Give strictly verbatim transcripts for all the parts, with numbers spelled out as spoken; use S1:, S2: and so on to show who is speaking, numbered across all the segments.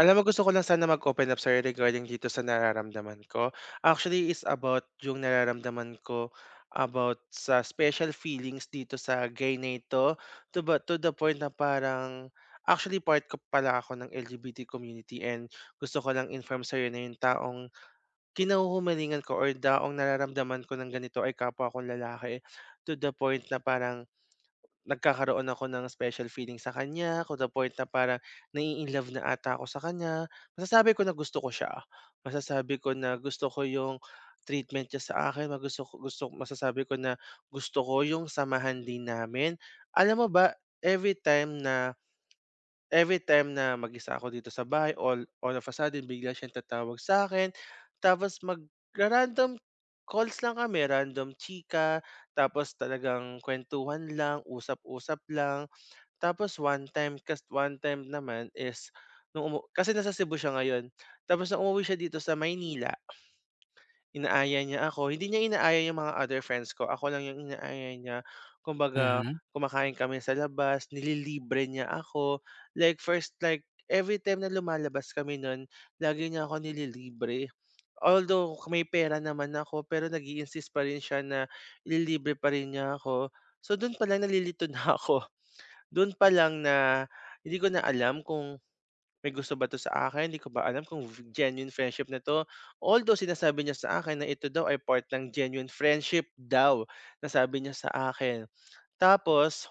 S1: Alam mo, gusto ko lang sana mag-open up sa'yo regarding dito sa nararamdaman ko. Actually, is about yung nararamdaman ko about sa special feelings dito sa gay na ito, to, ba- to the point na parang actually part ko pala ako ng L G B T community and gusto ko lang inform sa'yo na yung taong kinahuhumalingan ko or taong nararamdaman ko ng ganito ay kapwa akong lalaki, to the point na parang nagkakaroon ako ng special feeling sa kanya, to the point na parang na-i-inlove na ata ako sa kanya. Masasabi ko na gusto ko siya, masasabi ko na gusto ko yung treatment niya sa akin, magusto gusto ko gusto masasabi ko na gusto ko yung samahan din namin. Alam mo ba? Every time na Every time na mag-isa ako dito sa bahay, all all of a sudden bigla siyang tatawag sa akin. Tapos mag random calls lang kami, random chika, tapos talagang kuwentuhan lang, usap-usap lang. Tapos one time kas one time naman is nung umu kasi nasa Cebu siya ngayon, tapos nung umuwi siya dito sa Maynila, inaaya niya ako, hindi niya inaaya yung mga other friends ko, ako lang yung inaaya niya. Kumbaga,
S2: Mhm.
S1: kumakain kami sa labas, nililibre niya ako. Like first like every time na lumalabas kami nun, lagi niya ako nililibre. Although may pera naman ako, pero nag-i-insist pa rin siya na ililibre pa rin niya ako. So dun palang nalilito na ako, dun pa lang na hindi ko na alam, kung may gusto ba 'to sa akin? Hindi ko ba alam kung v- genuine friendship na 'to? Although sinasabi niya sa akin na ito daw ay part ng genuine friendship, daw nasabi niya sa akin. Tapos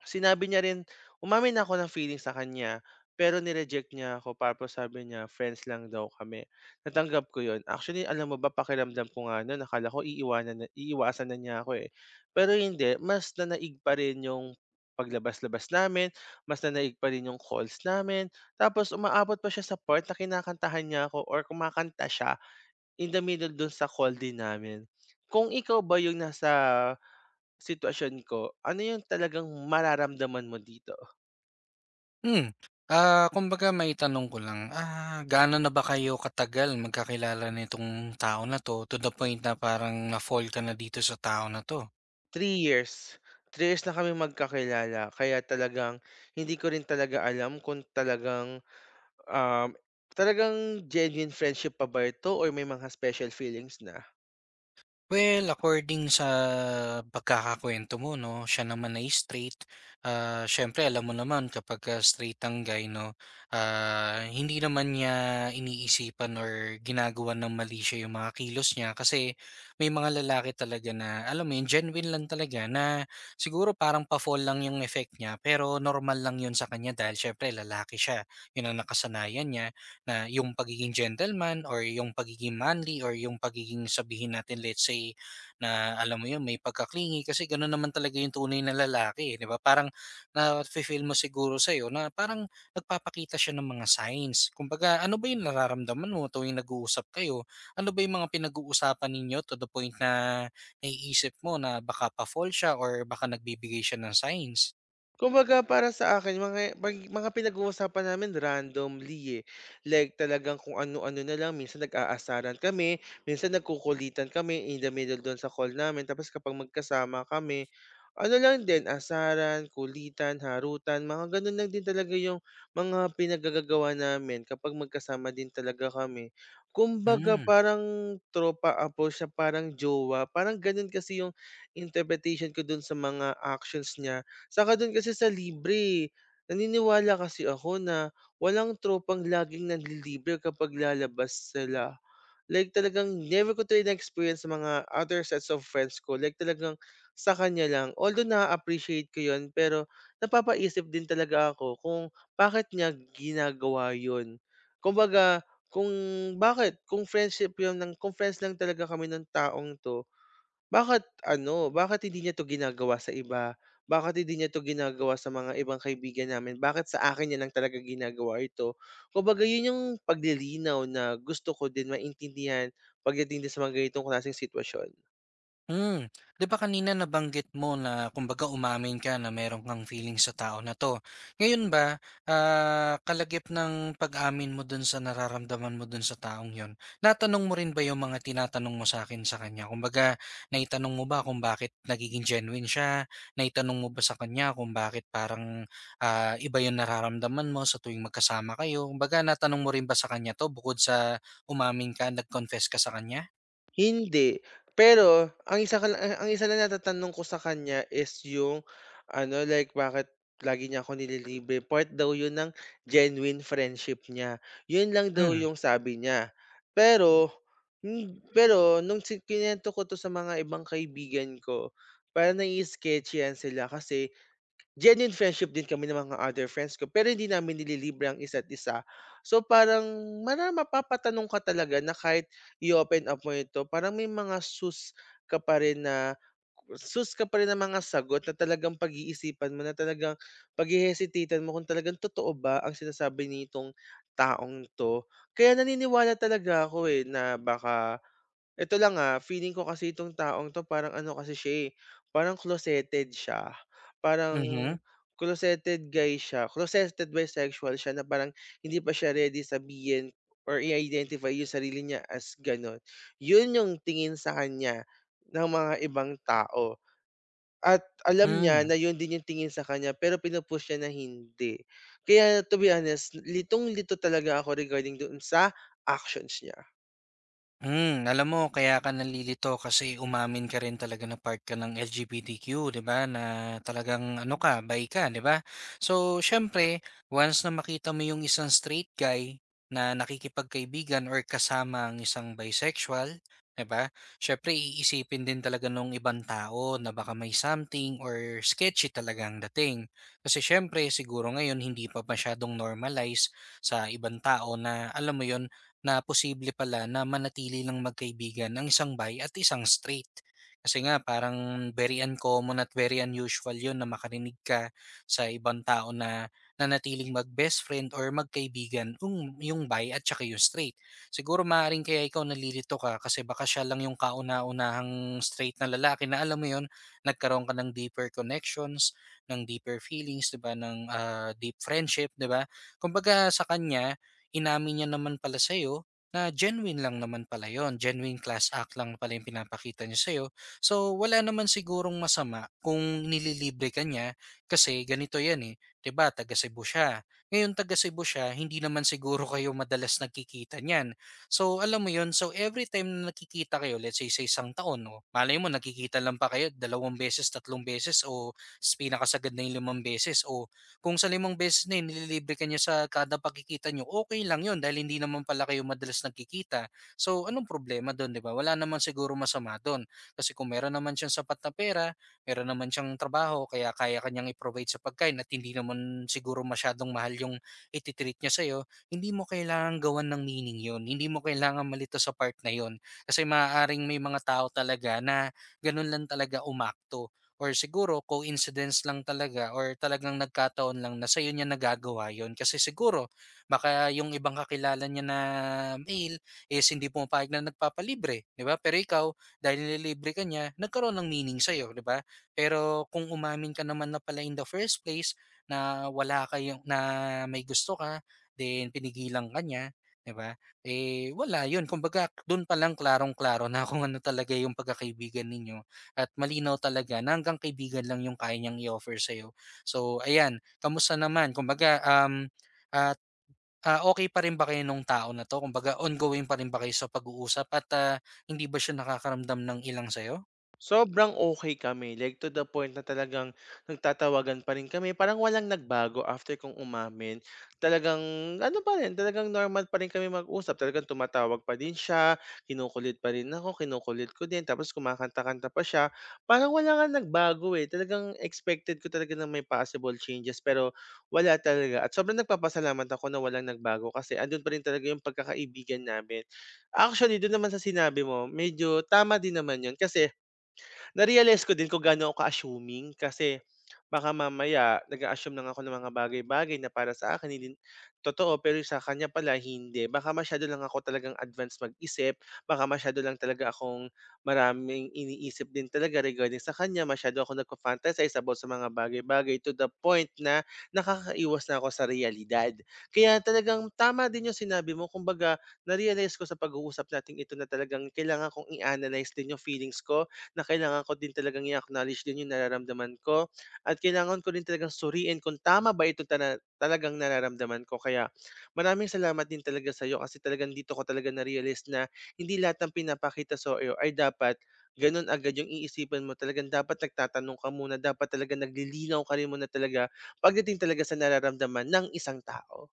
S1: sinabi niya rin, umamin ako ng feelings sa kanya, pero ni-reject niya ako, tapos sabi niya friends lang daw kami. Natanggap ko yon. Actually, alam mo ba, pakiramdam ko nga no'n, akala ko iiwanan na iiwasan na niya ako, eh. Pero hindi, mas nanaig pa rin 'yung paglabas-labas namin, mas nanaig pa rin 'yung calls namin, tapos umaabot pa siya sa part na kinakantahan niya ako or kumakanta siya in the middle dun sa call din namin. Kung ikaw ba 'yung nasa sitwasyon ko, ano yung talagang mararamdaman mo dito?
S2: Hmm. Ah, kumbaga maitanong ko lang, ah, gaano na ba kayo katagal magkakilala nitong tao na 'to, to the point na parang na-fall ka na dito sa tao na 'to?
S1: three years, three years na kami magkakilala, kaya talagang hindi ko rin talaga alam kung talagang, um, talagang genuine friendship pa ba ito or may mga special feelings na.
S2: Well, according sa pagkakakuwento mo 'no, siya naman ay straight. Ah, siyempre alam mo naman kapagka straight ang guy 'no, ah, hindi naman niya iniisipan or ginagawa ng mali siya yung mga kilos niya kasi may mga lalaki talaga na alam mo yun, genuine lang talaga na siguro parang pa-fall lang yung effect niya pero normal lang yun sa kanya dahil siyempre lalaki siya, yun ang nakasanayan niya. Na yung pagiging gentleman or yung pagiging manly or yung pagiging sabihin natin let's say na alam mo yun may pagkaklingi kasi gano'n naman talaga yung tunay na lalaki, eh, 'di ba? Parang na feel mo siguro sa'yo na parang nagpapakita siya ng mga signs. Kumbaga ano ba yung nararamdaman mo tuwing nag-uusap kayo? Ano ba yung mga pinag-uusapan ninyo to the point na naiisip mo na baka pa-fall siya or baka nagbibigay siya ng signs?
S1: Kumbaga, para sa akin, mga pag mga pinag-uusapan namin randomly, eh. Like talagang kung ano-ano na lang, minsan nag-aasaran kami, minsan nagkukulitan kami in the middle dun sa call namin, tapos kapag magkasama kami, ano lang din, asaran, kulitan, harutan, mga ganun lang din talaga yung mga pinagagagawa namin kapag magkasama din talaga kami. Kumbaga
S2: Hmm.
S1: parang tropa apo siya, parang jowa, parang ganun kasi yung interpretation ko dun sa mga actions niya. Saka dun kasi sa libre, eh, naniniwala kasi ako na walang tropang laging nanlilibre kapag lalabas sila. Like talagang never ko talaga na-experience sa mga other sets of friends ko, like talagang sa kanya lang. Although na-appreciate ko yun, pero napapaisip din talaga ako kung bakit niya ginagawa yun. Kumbaga, kung bakit, kung friendship yun, ng, kung friends lang talaga kami ng taong to, bakit ano, bakit hindi niya 'to ginagawa sa iba? Bakit hindi niya 'to ginagawa sa mga ibang kaibigan namin? Bakit sa akin niya lang talaga ginagawa ito? Kumbaga yun yung paglilinaw na gusto ko din maintindihan pagdating din sa mga ganitong klaseng sitwasyon.
S2: Hmm, 'di ba kanina nabanggit mo na kumbaga umamin ka na meron kang feeling sa tao na 'to. Ngayon ba, ah, kalagip ng pag-amin mo dun sa nararamdaman mo dun sa taong yon, natanong mo rin ba yung mga tinatanong mo sa'kin sa kanya? Kumbaga, naitanong mo ba kung bakit nagiging genuine siya? Naitanong mo ba sa kanya kung bakit parang, ah, iba yung nararamdaman mo sa tuwing magkasama kayo? Kumbaga, natanong mo rin ba sa kanya 'to bukod sa umamin ka, nag-confess ka sa kanya?
S1: Hindi, pero ang isa ka lang ang isa lang natatanong ko sa kanya is yung ano, like bakit lagi niya ako nililibre, part daw yun ng genuine friendship niya. Yun lang daw
S2: Hmm,
S1: yung sabi niya. Pero hin pero nung si kinuwento ko 'to sa mga ibang kaibigan ko, parang nai-sketchy-an sila kasi genuine friendship din kami ng mga other friends ko, pero hindi namin nililibre ang isa't isa. So, parang mara mapapatanong ka talaga na kahit i-open up mo ito, parang may mga sus ka pa rin na sus ka pa rin ng mga sagot na talagang pag-iisipan mo, na talagang paghe-hesitatan mo kung talagang totoo ba ang sinasabi nitong taong 'to. Kaya naniniwala talaga ako, eh, na baka ito lang, ah, feeling ko, kasi itong taong 'to parang ano kasi siya, eh, parang closeted siya. Parang
S2: mhm,
S1: closeted guy siya, closeted bisexual siya na parang hindi pa siya ready sabihin or i-identify yung sarili niya as gano'n. Yun yung tingin sa kanya ng mga ibang tao at alam niya
S2: hmm.
S1: na yun din yung tingin sa kanya, pero pinu niya na hindi. Kaya to be honest, litong-lito talaga ako regarding doon sa actions niya.
S2: Hmm, alam mo kaya ka nalilito kasi umamin ka rin talaga na part ka ng L G B T Q, 'di ba, na talagang ano ka, bi ka, 'di ba? So, siyempre once na makita mo yung isang straight guy na nakikipagkaibigan or kasama ang isang bisexual, 'di ba? Siyempre iisipin din talaga nung ibang tao na baka may something or sketchy talaga ang dating. Kasi siyempre siguro ngayon hindi pa masyadong normalize sa ibang tao na alam mo 'yon na posible pala na manatili lang magkaibigan ang isang bi at isang straight. Kasi nga parang very uncommon at very unusual yun na makarinig ka sa ibang tao na nanatiling mag-best friend or magkaibigan yung, yung bi at saka yung straight. Siguro maaaring kaya ikaw nalilito ka kasi baka siya lang yung kauna-unahang straight na lalaki na alam mo yun, nagkaroon ka ng deeper connections, ng deeper feelings, 'di ba, ng ah, deep friendship, 'di ba? Kumbaga sa kanya, inamin niya naman pala sa'yo na genuine lang naman pala yon genuine class act lang pala yung pinapakita niya sa'yo. So, wala naman sigurong masama kung nililibre ka niya kasi ganito yan eh, 'di ba taga Cebu siya. Ngayon, taga Cebu siya, hindi naman siguro kayo madalas nagkikita niyan. So, alam mo yon so every time na nakikita kayo, let's say sa isang taon, no, malay mo, nakikita lang pa kayo dalawang beses, tatlong beses, o s- pinakasagad na yung limang beses, o kung sa limang beses na yun nililibre ka niya sa kada pagkikita niyo, okay lang yun dahil hindi naman pala kayo madalas nagkikita. So, anong problema dun, 'di ba? Wala naman siguro masama dun. Kasi kung meron naman siyang sapat na pera, meron naman siyang trabaho kaya kaya ka niyang i-provide sa pagkain at hindi naman siguro masyadong mahal yung iti-treat niya sa'yo, hindi mo kailangang gawan ng meaning yun. Hindi mo kailangan malito sa part na yun. Kasi maaaring may mga tao talaga na ganun lang talaga umakto or siguro coincidence lang talaga or talagang nagkataon lang na sa'yo niya nagagawa yon. Kasi siguro baka yung ibang kakilala niya na male is hindi pumapayag na nagpapalibre, 'di ba? Pero ikaw dahil nililibre ka niya, nagkaroon ng meaning sa'yo, 'di ba? Pero kung umamin ka naman na pala in the first place na wala kayong na may gusto ka, then pinigilan ka niya, 'di ba? Eh wala 'yun. Kumbaga doon pa lang klarong-klaro na kung ano talaga yung pagkakaibigan ninyo at malinaw talaga na hanggang kaibigan lang yung kaya niyang i-offer sa'yo. So ayan, kamusta naman? Kumbaga, um, at ah, okey pa rin ba kayo nung tao na 'to? Kumbaga ongoing pa rin ba kayo sa pag-uusap at, ah, hindi ba siya nakakaramdam ng ilang sa'yo?
S1: Sobrang okay kami, like to the point na talagang nagtatawagan pa rin kami, parang walang nagbago after kong umamin. Talagang ano pa rin, talagang normal pa rin kami mag-usap, talagang tumatawag pa din siya, kinukulit pa rin ako, kinukulit ko din, tapos kumakanta-kanta pa siya. Parang wala ngang nagbago, eh, talagang expected ko talaga na may possible changes pero wala talaga, at sobrang nagpapasalamat ako na walang nagbago kasi andun pa rin talaga yung pagkakaibigan namin. Actually, doon naman sa sinabi mo, medyo tama din naman yun kasi na-realize ko din kung gaano ako ka-assuming, kasi baka mamaya nag-a-assume lang ako ng mga bagay-bagay na para sa akin hindi totoo pero sa kanya pala hindi. Baka masyado lang ako talagang advance mag-isip, baka masyado lang talaga akong maraming iniisip din talaga regarding sa kanya, masyado ako nagfa-fantasize about sa mga bagay-bagay to the point na nakakaiwas na ako sa realidad. Kaya talagang tama din yung sinabi mo, kumbaga na-realize ko sa pag-uusap natin ito na talagang kailangan kong i-analyze din yung feelings ko, na kailangan ko din talagang i-acknowledge din yung nararamdaman ko, at kailangan ko din talagang suriin kung tama ba ito, tana talagang nararamdaman ko. Kaya maraming salamat din talaga sa sa'yo kasi talagang dito ko talaga na-realize na hindi lahat ng pinapakita sa'yo ay dapat gano'n agad yung iisipan mo. Talagang dapat nagtatanong ka muna, dapat talaga naglilinaw ka rin muna talaga pagdating talaga sa nararamdaman ng isang tao.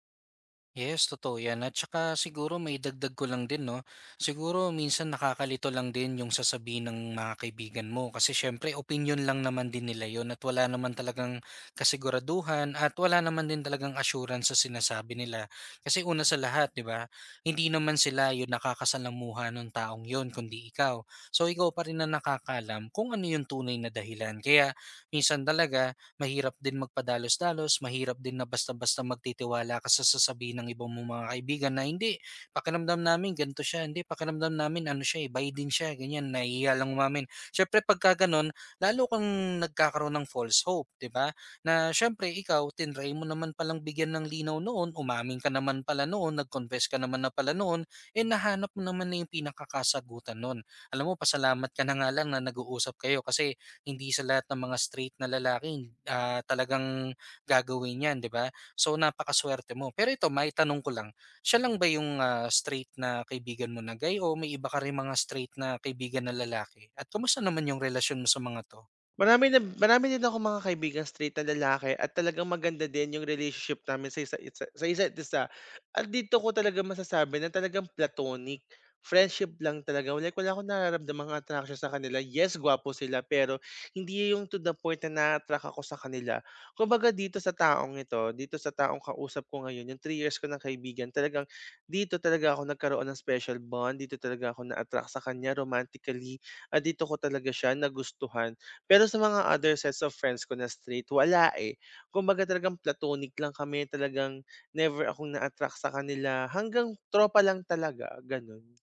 S2: Yes, totoo yan at saka siguro maidagdag ko lang din 'no, siguro minsan nakakalito lang din yung sasabihin ng mga kaibigan mo kasi siyempre opinion lang naman din nila yon at wala naman talagang kasiguraduhan at wala naman din talagang assurance sa sinasabi nila. Kasi una sa lahat 'di ba, hindi naman sila yung nakakasalamuha ng taong yon kundi ikaw. So ikaw pa rin ang nakakaalam kung ano yung tunay na dahilan kaya minsan talaga mahirap din magpadalos-dalos, mahirap din na basta-basta magtitiwala ka sa sasabihin ng ibang mong mga kaibigan na, "Hindi, pakiramdam namin ganito siya, hindi, pakiramdam namin ano siya eh, bay din siya," ganyan, nahihiya lang umamin. Syempre pagka gano'n, lalo kang nagkakaroon ng false hope, 'di ba? Na syempre ikaw, tinry mo naman palang bigyan ng linaw noon, umamin ka naman pala noon, nag-confess ka naman na pala noon, eh nahanap mo naman na yung pinakakasagutan no'n. Alam mo, pasalamat ka na nga lang na nag-uusap kayo kasi hindi sa lahat ng mga straight na lalaki, ah, talagang gagawin 'yan, 'di ba? So, napakasuwerte mo. Pero ito maitanong ko lang, siya lang ba yung, ah, straight na kaibigan mo na gay o may iba ka ring mga straight na kaibigan na lalaki? At kumusta naman yung relasyon mo sa mga 'to?
S1: Marami, na marami din ako mga kaibigan straight na lalaki at talagang maganda din yung relationship namin sa isa isa sa isa't isa. At dito ko talaga masasabi na talagang platonic, friendship lang talaga. Like, wala akong nararamdamang attraction sa kanila. Yes, gwapo sila, pero hindi yung to the point na na-attract ako sa kanila. Kumbaga, dito sa taong ito, dito sa taong kausap ko ngayon, yung three years ko ng kaibigan, talagang dito talaga ako nagkaroon ng special bond, dito talaga ako na-attract sa kanya romantically, at dito ko talaga siya nagustuhan, pero sa mga other sets of friends ko na straight, wala, eh. Kumbaga talagang platonic lang kami, talagang never akong na-attract sa kanila, hanggang tropa lang talaga, gano'n.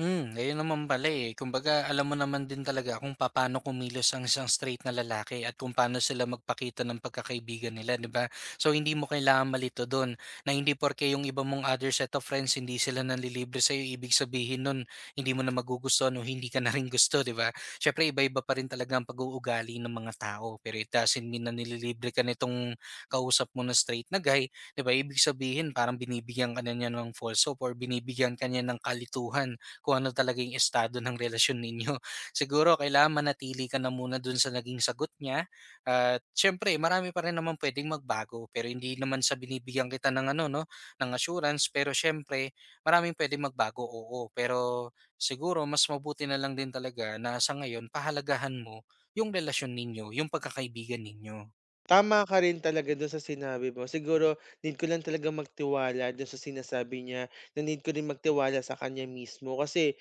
S2: Hmm, ayun naman pala, eh. Kumbaga alam mo naman din talaga kung paano kumilos ang isang straight na lalaki at kung paano sila magpakita ng pagkakaibigan nila, 'di ba? So hindi mo kailangan malito dun na hindi porke yung iba mong other set of friends hindi sila nanlilibre sa'yo, ibig sabihin nun hindi mo na magugustuhan o hindi ka na rin gusto, 'di ba? Siyempre iba-iba pa rin talaga ang pag-uugali ng mga tao, pero it doesn't mean na nililibre ka nitong kausap mo na straight na guy, 'di ba? Ibig sabihin parang binibigyan ka na niya ng false hope or binibigyan ka niya ng kalituhan kung ano talaga yung estado ng relasyon ninyo. Siguro kailangan manatili ka na muna dun sa naging sagot niya. At syempre, marami pa rin naman pwedeng magbago pero hindi naman sa binibigyan kita ng ano no, ng assurance pero syempre, maraming pwedeng magbago. Oo, pero siguro mas mabuti na lang din talaga na sa ngayon pahalagahan mo yung relasyon ninyo, yung pagkakaibigan ninyo.
S1: Tama ka rin talaga do'n sa sinabi mo. Siguro need ko lang talagang magtiwala do'n sa sinasabi niya, na need ko rin magtiwala sa kanya mismo kasi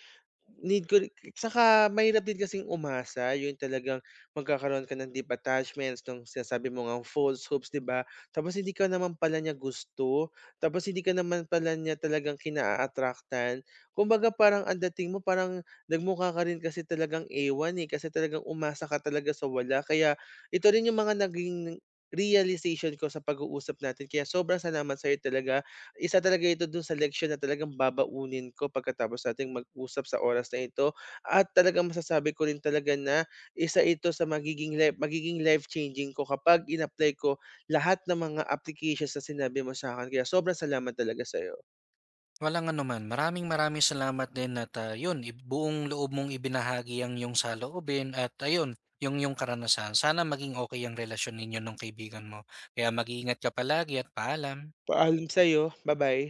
S1: Need ko ri saka mahirap din kasing umasa yun, talagang magkakaroon ka ng deep attachments nung sinasabi mo ngang false hopes, 'di ba? Tapos hindi ka naman pala niya gusto, tapos hindi ka naman pala niya talagang kina a attract. Kumbaga parang ang dating mo parang nagmukha ka rin kasi talagang ewan, eh, kasi talagang umasa ka talaga sa wala. Kaya ito rin yung mga naging realization ko sa pag-uusap natin, kaya sobrang salamat sa'yo talaga, isa talaga ito dun sa leksiyon na talagang babaunin ko pagkatapos nating mag-usap sa oras na ito, at talagang masasabi ko rin talaga na isa ito sa magiging life magiging life-changing ko kapag in-apply ko lahat ng mga applications na sinabi mo sa akin. Kaya sobrang salamat talaga sa'yo.
S2: Walang anuman. Maraming maraming salamat din at ah, yun, i- buong loob mong ibinahagi ang yung saloobin at ayun, yung yung karanasan. Sana maging okay ang relasyon ninyo ng kaibigan mo. Kaya mag-iingat ka palagi at paalam.
S1: Paalam sa'yo. Bye bye.